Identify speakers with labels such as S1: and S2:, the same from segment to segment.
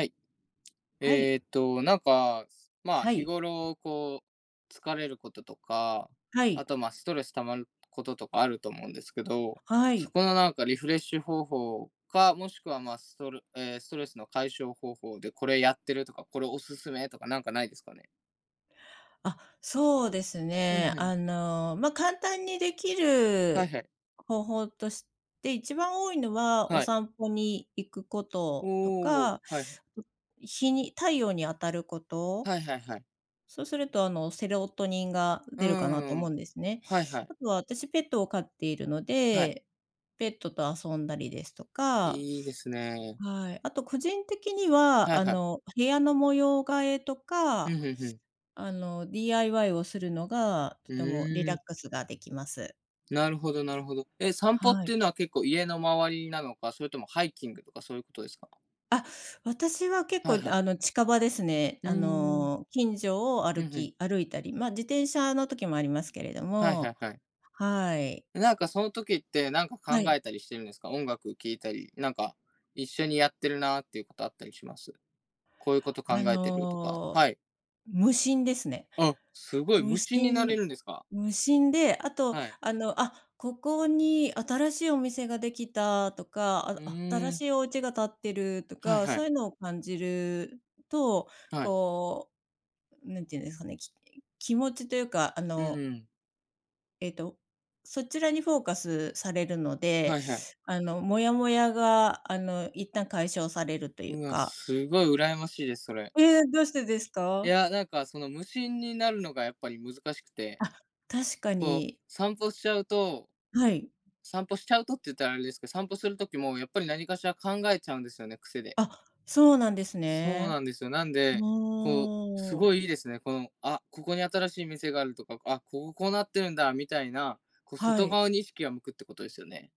S1: はい。
S2: はい。
S1: なんか、まあ、
S2: は
S1: 日
S2: い。
S1: 頃、こう、疲れることとか、
S2: はい。
S1: あと、まあ、ストレス溜まることとかあると思うんですけど、
S2: は
S1: そ
S2: い。
S1: このなんかリフレッシュ方法か、もしくは、まあ、ストレスの解消方法で、これやってるとか、これおすすめとか、なんかないですかね？
S2: あ、そうです
S1: う
S2: ね。
S1: ん、うん。
S2: まあ、簡単にでき
S1: はい
S2: る
S1: はい。
S2: 方法として、一番多いのは、お
S1: はい。
S2: 散歩に行くことと
S1: おお、
S2: か、
S1: はいはい。
S2: 日に太陽に当たること。
S1: はいはいはい。
S2: そうすると、セロトニンが
S1: う
S2: 出るかなと
S1: ー
S2: 思うん
S1: ん。
S2: ですね。
S1: はいはい。
S2: あとは私ペットを飼っているの
S1: はい。
S2: で、ペットと遊んだりですとか。
S1: いいですね。
S2: はい。あと個人的には、
S1: はいはい。
S2: 部屋の模様替えと
S1: うん、
S2: か
S1: うんうん。
S2: DIY をするのが、と
S1: う
S2: てもリ
S1: ー
S2: ラッ
S1: ん。
S2: クスができます。
S1: なるほど、なるほど。え、散歩っ
S2: は
S1: て
S2: い。
S1: いうのは結構家の周りなのか、それともハイキングとかそういうことですか？
S2: あ、私は結
S1: はい
S2: 構
S1: はい。
S2: 近場ですね。
S1: うーん。
S2: 近所を
S1: うんうん。
S2: 歩いたり、ま、自転車の時もありますけれど
S1: はいは
S2: も。
S1: いはい。
S2: はい。
S1: なんかその時ってなんか考
S2: はい。
S1: えたりしてるんですか？音楽聴いたり、なんか一緒にやってるなっていうことあったりします？こういうこと考
S2: あ
S1: えてるとか、
S2: の、
S1: はい。
S2: 無心ですね。
S1: あ、すごい
S2: 無
S1: 無心になれ
S2: 心
S1: るんですか？
S2: 無心で、あと、
S1: はい。
S2: あ、ここに新しいお店ができたとか、
S1: う
S2: あ、新
S1: ー
S2: し
S1: ん。
S2: いお家が建ってると
S1: はい
S2: か、
S1: は
S2: そう
S1: い。
S2: いうのを感じると、
S1: はい。
S2: こう、なんていうんですかね、気持ちというか、
S1: うんうん。
S2: えっと、そちらにフォーカスされるの
S1: は
S2: で、
S1: いはい。
S2: モヤモヤが、一旦解消されるという
S1: うわ、
S2: か。
S1: すごい羨ましいです、それ。
S2: どうしてです
S1: い
S2: か？
S1: や、なんかその無心になるのがやっぱり難しくて、
S2: あ、確か
S1: こう、
S2: に。
S1: 散歩しちゃうと、
S2: はい。
S1: 散歩しちゃうとって言ったらあれですけど、散歩する時もやっぱり何かしら考えちゃうんですよね、癖で。
S2: あ、そうなんです
S1: そう
S2: ね。
S1: なんですよ。なんで、こう、す
S2: もう、
S1: ごいいいですね。この、あ、ここに新しい店があるとか、あ、こここうなってるんだみたいな、こう
S2: は
S1: 外
S2: い。
S1: 側に意識が向くってことですよね。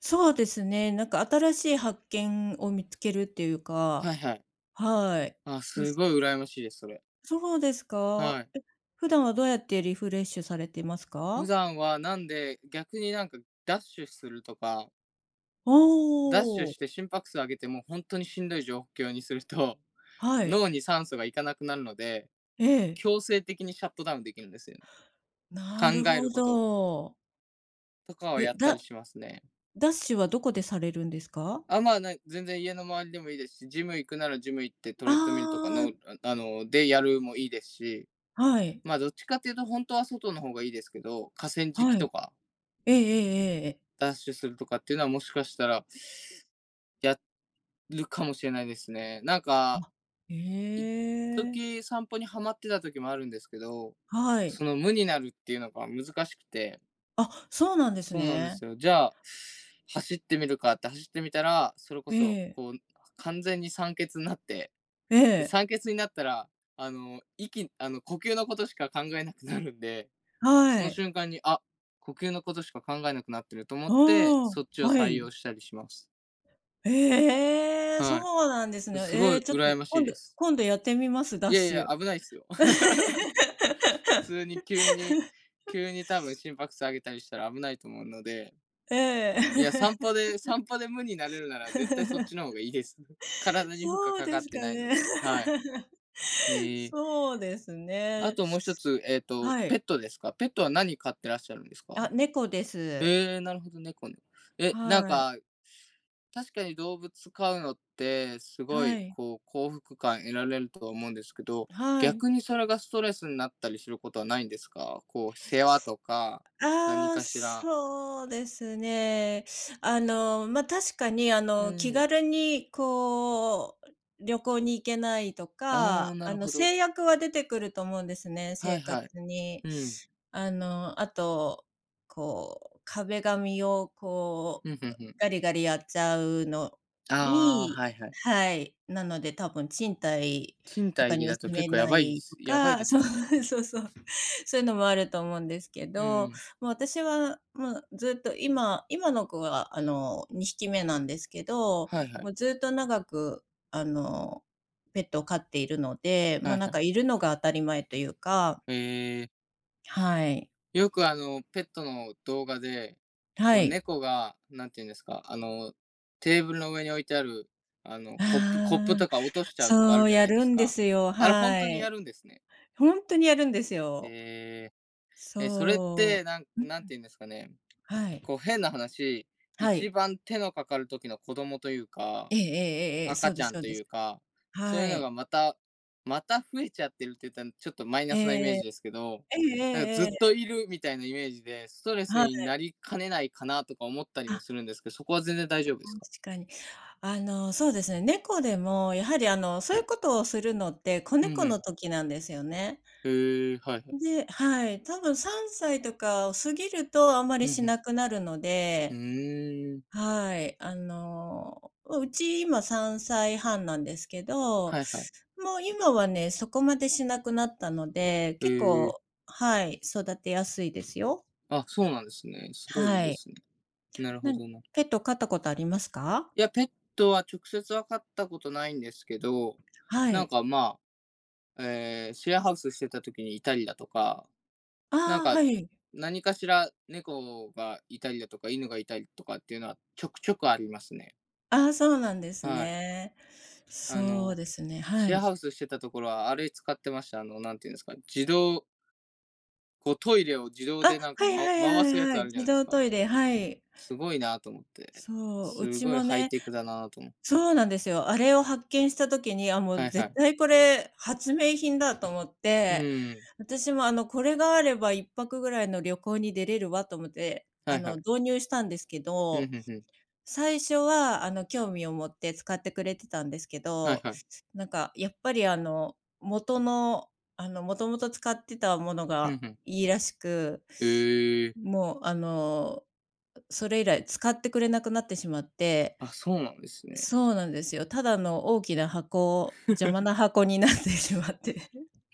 S2: そうですね、なんか新しい発見を見つけるっていうか。
S1: はいはい。
S2: はい。
S1: あ、
S2: み
S1: す
S2: す
S1: ごい羨ましいです、それ。
S2: そうですか？
S1: はい。
S2: え、普段はどうやってリフレッシュされてます
S1: 普
S2: か？
S1: 段はなんで、逆になんかダッシュするとか、
S2: お
S1: ダッシュ
S2: お、
S1: して心拍数上げてもほんとにしんどい状況にすると、
S2: はい。
S1: 脳に酸素がいかなくなるので
S2: ええ。
S1: 強制的にシャットダウンできるんですよね。考
S2: なる
S1: え
S2: ほ
S1: ること
S2: ど。
S1: とかはや
S2: え、
S1: ったりしますね。
S2: ダッシュはどこでされるんですか？
S1: あ、まあ、ね、全然家の周りでもいいですし、ジム行くならジム行ってトレッドミルとか
S2: あ
S1: の、でやるもいいですし、
S2: あ、はい、
S1: まあどっちかっていうと本当は外の方がいいですけど、河川
S2: は
S1: 敷と
S2: い。
S1: か
S2: ええええええ、
S1: ダッシュするとかっていうのはもしかしたらやるかもしれないですね。なんか、
S2: あ、へえ、
S1: 時散歩にはまってた時もあるんですけど、
S2: はい。
S1: その無になるっていうのが難しくて、
S2: あ、そうなんです
S1: そうなんで
S2: ね。
S1: すよ。じゃあ、走ってみるかって走ってみたら、それこ
S2: え
S1: そ、
S2: え。
S1: こう、完全に酸欠になって、
S2: え
S1: で、
S2: え、
S1: 酸欠になったら、あの、息あの、呼吸のことしか考えなくなるんで、
S2: は
S1: その
S2: い。
S1: 瞬間に、あ、呼吸のことしか考えなくなってると思って、
S2: あ
S1: そっち
S2: あ、
S1: を
S2: は
S1: 採用
S2: い。
S1: したりします。
S2: ええ、
S1: は
S2: そうなんです
S1: い。
S2: ね。
S1: す
S2: え
S1: ご
S2: え、
S1: い
S2: ちょっと
S1: 羨ましいです。
S2: 今度やってみます、ダ
S1: い
S2: ッ
S1: やい
S2: シ
S1: や、
S2: ュ。
S1: 危ないっすよ。普通に、急に多分心拍数上げたりしたら危ないと思うので。
S2: え
S1: いや、散
S2: え。
S1: 歩で、散歩で無になれるなら絶対そっちの方 がいいです。体に負荷
S2: そう
S1: かか
S2: です
S1: って
S2: か
S1: ないの
S2: ね。
S1: で、はい。ええ。
S2: そうです
S1: あ
S2: ね。
S1: ともう一つ、
S2: は
S1: ペッ
S2: い。
S1: トですか？ペットは何飼ってらっしゃるんですか？
S2: あ、猫です。
S1: ええ、なるほど、猫ね。え、なん
S2: はい。
S1: か、確かに動物飼うのって、すご
S2: は
S1: い、
S2: い。
S1: こう、幸福感得られるとは思うんですけど、
S2: はい。
S1: 逆にそれがストレスになったりすることはないんですか？こう、世話とか、何
S2: ああ、
S1: かしら。
S2: そうですね。まあ、確かに
S1: う
S2: 気
S1: ん。
S2: 軽にこう、旅行に行けないと
S1: ああ、
S2: か、
S1: なるほど。
S2: 制約は出てくると思うんですね、
S1: は
S2: 生
S1: い
S2: 活
S1: はい。
S2: に。
S1: うん。
S2: あの、あと、こう、壁紙をこ
S1: うんう
S2: う、
S1: んうん。
S2: ガリガリやっちゃうの
S1: ああ、
S2: に、
S1: はいはい。
S2: はい。なので多分賃貸
S1: 賃
S2: とかに
S1: 貸
S2: は
S1: だと
S2: 住
S1: 結
S2: め
S1: 構や
S2: な
S1: ばいっ
S2: いと
S1: すやばい
S2: か。
S1: です
S2: そう、
S1: よね。
S2: そうそう、そういうのもあると思うんですけ
S1: う
S2: ど、
S1: ん。
S2: まあ、私は、もうずっと今の子は、2匹目なんですけど、
S1: はいは
S2: も
S1: い。
S2: うずっと長く、ペットを飼っているので、も
S1: は
S2: う
S1: い
S2: なん
S1: は
S2: か
S1: い。
S2: いるのが当たり前というか。
S1: ええ、
S2: はい。
S1: よくペットの動画で、
S2: は
S1: こう
S2: い。
S1: 猫が、なんて言うんですか、テーブルの上に置いてある、
S2: あ
S1: コップ
S2: あ、
S1: とか落としちゃうとかあ
S2: そ
S1: る
S2: う、
S1: じゃ
S2: や
S1: ないで
S2: る
S1: す
S2: んで
S1: か。
S2: すよ、
S1: あれほん
S2: は
S1: とにや
S2: い。
S1: るんですね。
S2: ほんとにやるんですよ。
S1: ええ、え、それっ
S2: そ
S1: て、なん
S2: う。う
S1: なん
S2: ん、
S1: て言うんですかね、
S2: はい。
S1: こう変な話、
S2: は
S1: 一
S2: い。
S1: 番手のかかる時の子供というか、
S2: ええええええ、ええ、そ
S1: 赤
S2: う
S1: ち
S2: で
S1: ゃ
S2: す
S1: ん
S2: そう
S1: と
S2: で
S1: い
S2: す。
S1: うか、そうい
S2: は
S1: うの
S2: い。
S1: がまたまた増えちゃってるって言ったら、ちょっとマイ
S2: え
S1: ナスなイメー
S2: え。
S1: ジですけど、
S2: えええ
S1: なんかず
S2: え
S1: っ
S2: え
S1: と
S2: え。
S1: いるみたいなイメージで、ストレス
S2: はい。
S1: になりかねないかなとか思ったりもするんですけど、そこは全然大丈夫ですか？
S2: 確かに。そうですね、猫でも、やはりそういうことをするのって、子
S1: うん
S2: 猫
S1: う
S2: の
S1: ん。
S2: 時なんですよね。
S1: へえ、はいはい。
S2: で、はい、多分3歳とかを過ぎるとあんま
S1: う
S2: り
S1: んう
S2: し
S1: ん。
S2: なくなるの
S1: う
S2: で、
S1: ーん。
S2: はい、うち今3歳半なんですけど、
S1: はいはい。
S2: もう今はね、そこまでしなくなったので、
S1: へ
S2: 結
S1: え。
S2: 構はい、育てやすいですよ。
S1: あ、そうなんですね。すごいいい
S2: は
S1: で
S2: い。
S1: すね。なるほ
S2: な
S1: どな。
S2: ペット飼ったことありますか？
S1: いや、ペットは直接は飼ったことないんですけど、
S2: は
S1: なん
S2: い。
S1: か、まあ、シェアハウスしてた時にいたりだとか、なん
S2: ああ、
S1: か、
S2: はい。
S1: 何かしら猫がいたりだとか、犬がいたりとかっていうのは、ちょくちょくありますね。
S2: ああ、そうなんです
S1: はい。
S2: ね。
S1: あ
S2: そう
S1: の、
S2: ですね、は
S1: シェアハ
S2: い。
S1: ウスしてたところはあれ使ってました。なんていうんですか、自動こうトイレを自動
S2: あ、
S1: でなんか、
S2: はい
S1: ま
S2: はい
S1: 回
S2: は
S1: す
S2: い
S1: や
S2: は
S1: つ
S2: い。
S1: あるじゃ
S2: 自
S1: ないです
S2: 動ト
S1: か。
S2: イレ、はい。
S1: すごいなと思って。
S2: そう、う
S1: す
S2: ち
S1: ごい
S2: も
S1: ハイ
S2: ね
S1: テクだなと思う。
S2: そうなんですよ。あれを発見した時に、あ、も
S1: は
S2: う
S1: いは
S2: 絶
S1: い。
S2: 対これ発明品だと思っ
S1: う
S2: て、
S1: ん。
S2: 私もこれがあれば一泊ぐらいの旅行に出れるわと思って、
S1: はいはい。
S2: 導入したんですけ
S1: うん、
S2: ど。
S1: ふんふん。
S2: 最初は、興味を持って使ってくれてたんですけ
S1: はい
S2: ど、
S1: はい。
S2: なんか、やっぱり、あの、元の、あの、もともと使ってたもの
S1: うん、
S2: が
S1: ふん。
S2: いいらしく、
S1: ええ。
S2: もう、あの、それ以来使ってくれなくなってしまって。
S1: あ、そうなんですね。
S2: そうなんですよ。ただの大きな箱、邪魔な 箱になってしまって。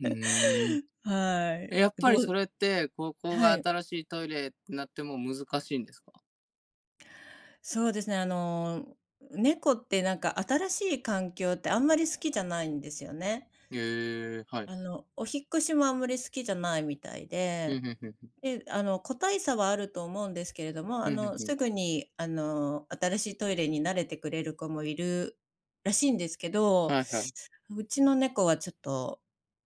S1: う ーん。
S2: はい。
S1: え、やっぱ
S2: ど
S1: り
S2: う
S1: それって、ここ
S2: は
S1: が
S2: い。
S1: 新しいトイレってなっても難しいんですか？
S2: そうですね、猫ってなんか新しい環境ってあんまり好きじゃないんですよね。
S1: ええ、はい。
S2: お引っ越しもあんまり好きじゃないみたい
S1: ふ
S2: で。
S1: んふんふんふん。
S2: で、個体差はあると思うんですけれども、
S1: ふんふんふん。
S2: すぐに、新しいトイレに慣れてくれる子もいるらしいんですけど、
S1: はいはい。
S2: うちの猫はちょっと、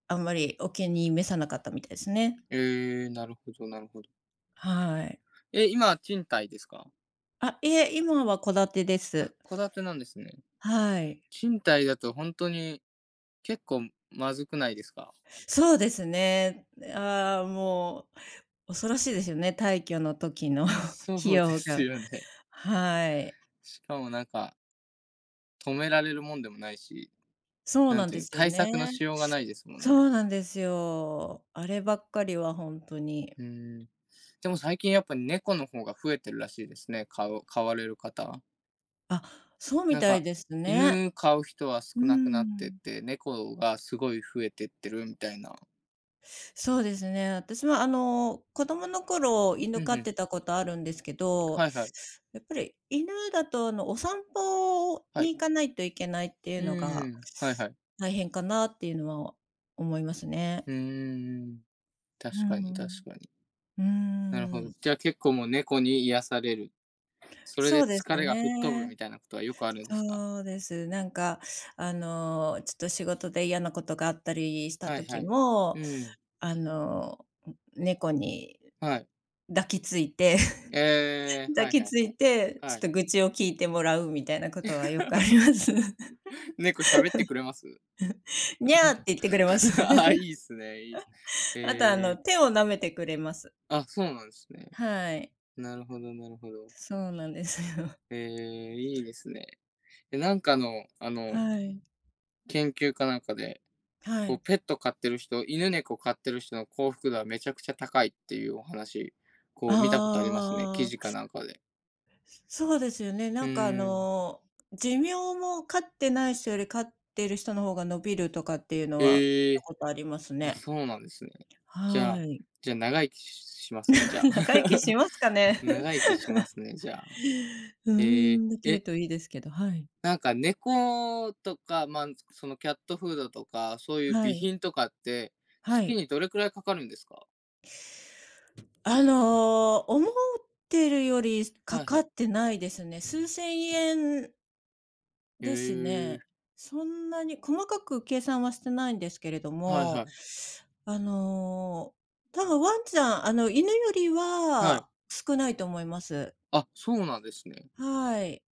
S2: あんまりお気に召さなかったみたいですね。
S1: ええ、なるほどなるほど。
S2: はい。
S1: え、今は賃貸ですか？
S2: あ、いえ、今は戸建てで
S1: あ、
S2: す。
S1: 戸建てなんですね。
S2: はい。
S1: 賃貸だとほんとに結構まずくないですか？
S2: そうですね。ああ、もう、恐ろしいですよね、退去の時の
S1: そ
S2: 費
S1: うで
S2: 用
S1: す
S2: が。
S1: よね。
S2: はい。
S1: しかもなんか、止められるもんでもないし、
S2: そう
S1: な
S2: な
S1: ん
S2: ん
S1: てい
S2: で
S1: うの、
S2: すよ
S1: 対
S2: ね。
S1: 策のしようがないですもん
S2: そ
S1: ね。
S2: うなんですよ。あればっかりは本当に。
S1: うーん。でも最近やっぱ猫の方が増えてるらしいですね、飼う、飼われる方。
S2: あ、そうみ
S1: なん
S2: たい
S1: か、
S2: ですね。
S1: 犬飼う人は少
S2: う
S1: なくなってっ
S2: ん。
S1: て、猫がすごい増えてってるみたいな。
S2: そうですね。私は子供の頃、犬
S1: う
S2: 飼
S1: んう
S2: っ
S1: ん。
S2: てたことあるんですけど、
S1: はいはい。
S2: やっぱり犬だとお散歩
S1: は
S2: に
S1: い。
S2: 行かないといけないってい
S1: う
S2: うの
S1: ー
S2: が、
S1: ん、はいはい。
S2: 大変かなっていうのは思いますね。
S1: うーん。
S2: う
S1: 確かに、確
S2: ん。
S1: かに。
S2: うー
S1: なるほど。
S2: ん。
S1: じゃあ結構もう猫に癒される。それ
S2: そ
S1: で
S2: うです
S1: 疲れが吹っ飛ぶみ
S2: ね。
S1: たいなことはよくあるんですか？
S2: そうです。なんか、ちょっと仕事で嫌なことがあったりした
S1: はい
S2: 時
S1: はい。
S2: も、
S1: うん、
S2: あの、猫に
S1: はい。
S2: 抱きついて
S1: ええ、
S2: 抱
S1: はい
S2: き
S1: はい
S2: つ
S1: は
S2: い
S1: い。
S2: て、ち
S1: は
S2: ょ
S1: い。
S2: っと愚痴を聞いてもらうみたいなことはよくあります。
S1: 猫喋ってくれます？
S2: にゃーって言ってくれます。
S1: あ、いいっすね、いいっす。
S2: あと、
S1: ええ、
S2: 手を舐めてくれます。
S1: あ、そうなんですね。
S2: はい。
S1: なるほど、なるほど。
S2: そうなんですよ。
S1: ええ、いいですね。え、なんかの、
S2: はい。
S1: 研究かなんかで、
S2: は
S1: こう
S2: い。
S1: ペット飼ってる人、犬猫飼ってる人の幸福度はめちゃくちゃ高いっていうお話、こ
S2: あ
S1: う見たことあ
S2: あ
S1: りますね、記
S2: あ
S1: 事
S2: あ。
S1: かなんかで。
S2: そうですよね。
S1: う
S2: なんか
S1: ーん。
S2: 寿命も飼ってない人より飼ってる人の方が伸びるとかっていうのは、聞い
S1: え
S2: た
S1: え、
S2: ことあります
S1: あ、
S2: ね。
S1: そうなんですね。じゃ
S2: は
S1: あ
S2: い。
S1: じゃあ長生きしますね、じゃあ。
S2: 長生きし ますかね？
S1: 長生きしますね、じゃあ。
S2: うー
S1: ええ、
S2: ん、できる
S1: え、
S2: といいですけど、はい。
S1: なんか猫とか、まあ、そのキャットフードとか、そういう
S2: は
S1: 備
S2: い、
S1: 品とかって、
S2: は
S1: 月
S2: い。
S1: にどれくらいかかるんですか？
S2: 思ってるよりか
S1: はいは
S2: かっ
S1: い。
S2: てないですね。数千円
S1: へ
S2: です
S1: え、
S2: ね。そんなに細かく計算はしてないんですけれど
S1: はいは
S2: も、
S1: い。
S2: あの、多分ワンちゃん、犬より
S1: はい。
S2: は少ないと思います。
S1: あ、そうなんですね。
S2: はい。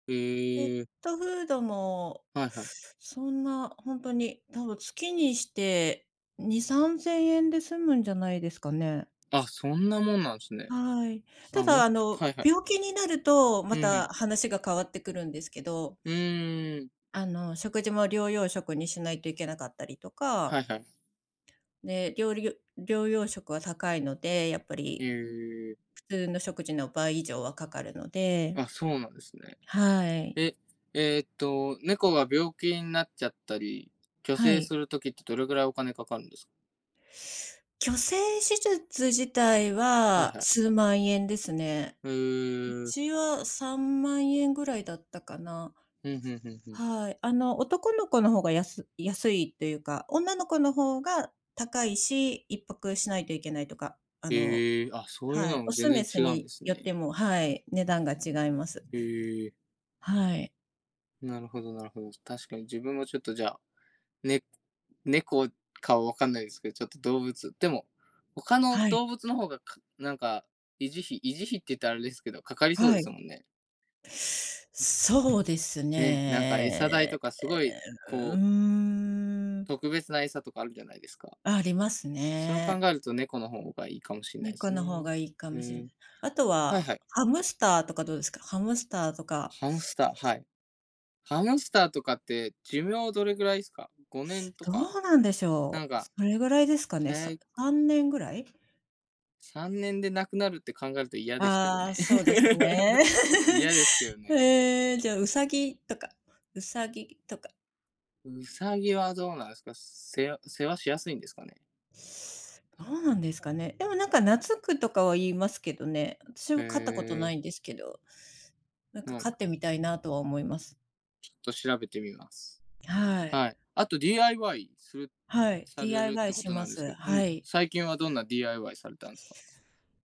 S2: ペッ
S1: へえ、
S2: トフードも、
S1: はいはい。
S2: そんな、本当に、多分月にして2、3000円で済むんじゃないですかね。
S1: あ、そんなもんなんですね。
S2: はい。た
S1: あ、
S2: だ、
S1: も、はいはい。
S2: 病気になると、
S1: う
S2: ま
S1: ん、う
S2: た
S1: ん。
S2: 話が変わってくるんですけど、
S1: うーん、
S2: 食事も療養食にしないといけなかったりとか、
S1: はいはい。
S2: で、療養食は高いので、やっぱ
S1: え
S2: り
S1: え、
S2: 普通の食事の倍以上はかかるので、
S1: あ、そうなんですね。
S2: はい。
S1: え、猫が病気になっちゃったり、去
S2: は
S1: 勢
S2: い。
S1: する時ってどれぐらいお金かかるんですか？
S2: 去勢手術自体
S1: はい
S2: は
S1: はい。
S2: 数万円ですね。
S1: へ
S2: う
S1: え、
S2: ちは3万円ぐらいだったかな。
S1: うんふんふんふん。
S2: はい。男の子の方が安いというか、女の子の方が高いし、一泊しないといけないとか、
S1: ええ、あ、そういう
S2: はい、
S1: のも
S2: オ
S1: 全
S2: ス
S1: 然
S2: メス
S1: 違うん
S2: に
S1: です
S2: よっ
S1: ね。
S2: ても、はい、値段が違います。
S1: ええ、
S2: はい。
S1: なるほどなるほど。確かに自分もちょっとじゃあね、猫かはわかんないですけど、ちょっと動物。でも、他の
S2: はい。
S1: 動物の方がかなんか、維持費って言ったらあれですけど、かかりそう
S2: は
S1: で
S2: い。
S1: すもんね。
S2: そうです
S1: ね、なんか餌代
S2: ね。
S1: とかすごい、
S2: う
S1: こう、
S2: ーん、
S1: 特別な餌とかあるじゃないですか。
S2: あります
S1: それを考
S2: ね。
S1: えると猫の方がいいかもしれないで
S2: 猫
S1: す
S2: の
S1: ね。
S2: 方がいいか
S1: う
S2: もしれない。
S1: ん。
S2: あと
S1: はい
S2: は、
S1: はい。
S2: ハムスターとかどうですか？ハムスターとか。
S1: ハムスター、はい。ハムスターとかって寿命どれぐらいですか？5年と
S2: ど
S1: か？
S2: うなんでしょ
S1: なん
S2: う。
S1: か、
S2: それぐらいですかね。
S1: 早い
S2: 3年ぐらい？
S1: 3年で亡くなるって考えると嫌ですけど
S2: ああ、
S1: ね。
S2: そうですね。
S1: 嫌です けどね。
S2: ええ、じゃあ、ウサギとか。
S1: うさぎはどうなんですか？世話しやすいんですかね。
S2: どうなんですかね。でもなんか懐くとかは言いますけどね。私
S1: へ
S2: は飼ったことな
S1: え、
S2: いんですけど、なん
S1: う
S2: か飼
S1: ん、
S2: って
S1: ち
S2: みたいなとは思います。
S1: ょっと調べてみます。
S2: はい。
S1: はい。あと DIY する
S2: はい。
S1: されるっ
S2: DIY
S1: てこ
S2: し
S1: とな
S2: ま
S1: んですけ
S2: す。
S1: ど、ん、
S2: はい。
S1: 最近はどんな DIY されたんですか？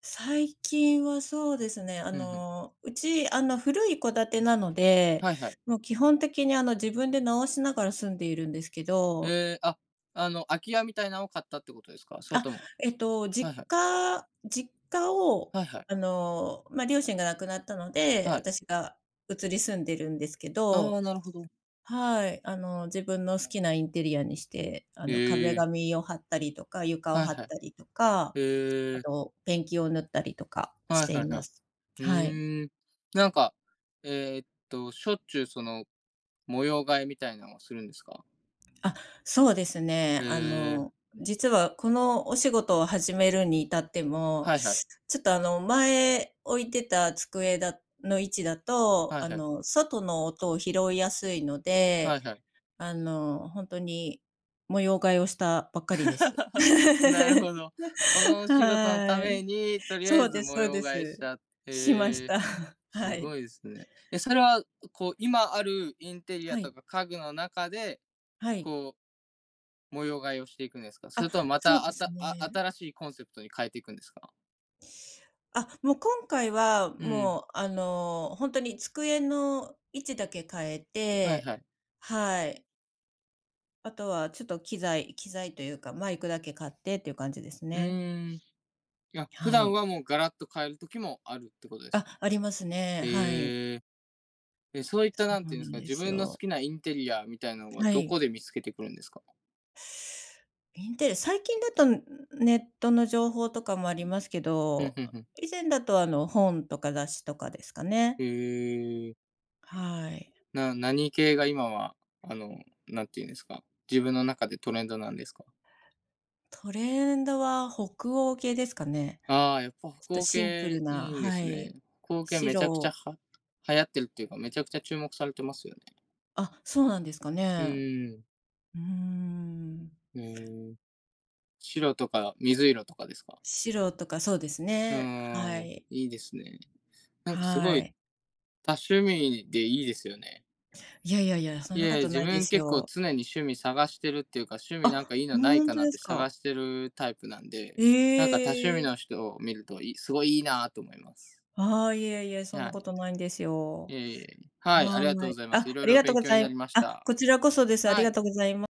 S2: 最近はそうですね、
S1: うんうん。
S2: うち、古い戸建てなので、
S1: はいはい。
S2: もう基本的に自分で直しながら住んでいるんですけど。
S1: ええ、あ、あの、空き家みたいなのを買ったってことですか、それ
S2: あ、
S1: とも。はいはい。
S2: 実家を、
S1: はいはい。
S2: まあ、両親が亡くなったので、
S1: はい。
S2: 私が移り住んでるんですけ
S1: あ
S2: ど、
S1: あ、なるほど。
S2: はい、自分の好きなインテリアにして、壁
S1: ええ、
S2: 紙を貼ったりとか、床を
S1: はい
S2: 貼っ
S1: はい。
S2: たりとか、
S1: え
S2: あ
S1: え、
S2: とペンキを塗ったりとかし
S1: はい
S2: て
S1: は
S2: い
S1: いは
S2: ま
S1: い。
S2: す。
S1: う
S2: はい。
S1: ーん。なんか、えしょっちゅうその、模様替えみたいなのをするんですか？
S2: あ、そうですね。
S1: へえ。
S2: 実はこのお仕事を始めるに至っても、
S1: はいはい。
S2: ちょっと前置いてた机だの位置だと、
S1: はいはい。
S2: 外の音を拾いやすいの
S1: は
S2: で、
S1: いはい。
S2: ほんとに模様替えをしたばっかりです。
S1: なる ほど。このお仕事のた
S2: はい。
S1: めに、とりあ
S2: そ
S1: え
S2: う
S1: ず
S2: です
S1: 模
S2: そう
S1: 様
S2: で
S1: 替え
S2: す。
S1: しちゃって、
S2: しまし
S1: へえ、
S2: た。は
S1: す
S2: い。
S1: ごいですね。え、それは、こう、今あるインテリア
S2: はい。
S1: とか家具の中で、
S2: はい。
S1: こう、模様替えをしていくんですか？そ
S2: あ、
S1: れともま
S2: そう
S1: た、
S2: で
S1: あ
S2: す
S1: たあ
S2: ね。
S1: 新しいコンセプトに変えていくんですか？
S2: あ、もう今回は、
S1: うん。
S2: もう、ほんとに机の位置だけ変え
S1: はい
S2: て、
S1: はい。
S2: はい。あとはちょっと機材というか、マイクだけ買ってっていう感じです
S1: う
S2: ね。
S1: ーん。いや、普
S2: は
S1: 段
S2: い。
S1: はもうガラッと変える時もあるってことです
S2: あ、
S1: か？
S2: ありますね。はい。
S1: へえ。え、そういった
S2: そ
S1: なん
S2: う
S1: て
S2: な
S1: い
S2: ん
S1: うんですか、
S2: で
S1: 自
S2: す
S1: 分の好
S2: よ。
S1: きなインテリアみたいなのは
S2: は
S1: ど
S2: い。
S1: こで見つけてくるんですか？
S2: インテリ最近だと、ネットの情報とかもありますけ
S1: ふん
S2: ど、
S1: ふんふん。
S2: 以前だと、本とか雑誌とかですかね。
S1: へえ。
S2: はい。
S1: な何系が今は、あの、なんていうんですか、自分の中でトレンドなんですか？
S2: トレンドは北欧系ですかね。
S1: ああ、やっぱ
S2: ちょっ
S1: 北
S2: と
S1: 欧
S2: シンプ
S1: 系
S2: ル
S1: い
S2: な、
S1: いんで
S2: は
S1: す
S2: い。
S1: ね。北欧系めちゃくちゃ
S2: 白
S1: は流行ってるっていうか、めちゃくちゃ注目されてますよね。
S2: あ、そうなんですか
S1: う
S2: ね。
S1: ーん。
S2: うーん。
S1: へえ。白とか水色とかですか？
S2: 白とかそうです
S1: う
S2: ね。
S1: ー
S2: は
S1: ん、
S2: い。
S1: いいですね。なんかす
S2: は
S1: ごい
S2: い。
S1: 多趣味でいいですよね。
S2: いやいやいや、そん
S1: い
S2: なこ
S1: え、
S2: と
S1: 自
S2: ないで
S1: 分
S2: す
S1: 結構
S2: よ。
S1: 常に趣味探してるっていうか、趣味なん
S2: あ、
S1: かいいのな
S2: ほ
S1: い
S2: ん
S1: か
S2: と
S1: なっ
S2: です
S1: て探
S2: か。
S1: してるタイプなんで、
S2: え
S1: なんか多趣味
S2: え。
S1: の人を見ると、いすごいいいなと思います。
S2: ああ、いえいえ、そん
S1: は
S2: なこ
S1: い。
S2: とないんですよ。
S1: いえいえ。はい、あ
S2: は
S1: りがとう
S2: ー
S1: ご
S2: い。
S1: ざいます。い
S2: あ、
S1: ろ
S2: あ
S1: い
S2: り
S1: ろ
S2: がとう
S1: 勉
S2: ご
S1: 強
S2: ざ
S1: に
S2: い
S1: な
S2: ま
S1: り
S2: す、
S1: まし
S2: あ、
S1: た。
S2: こちらこそです。あり
S1: は
S2: が
S1: い。
S2: とうございます。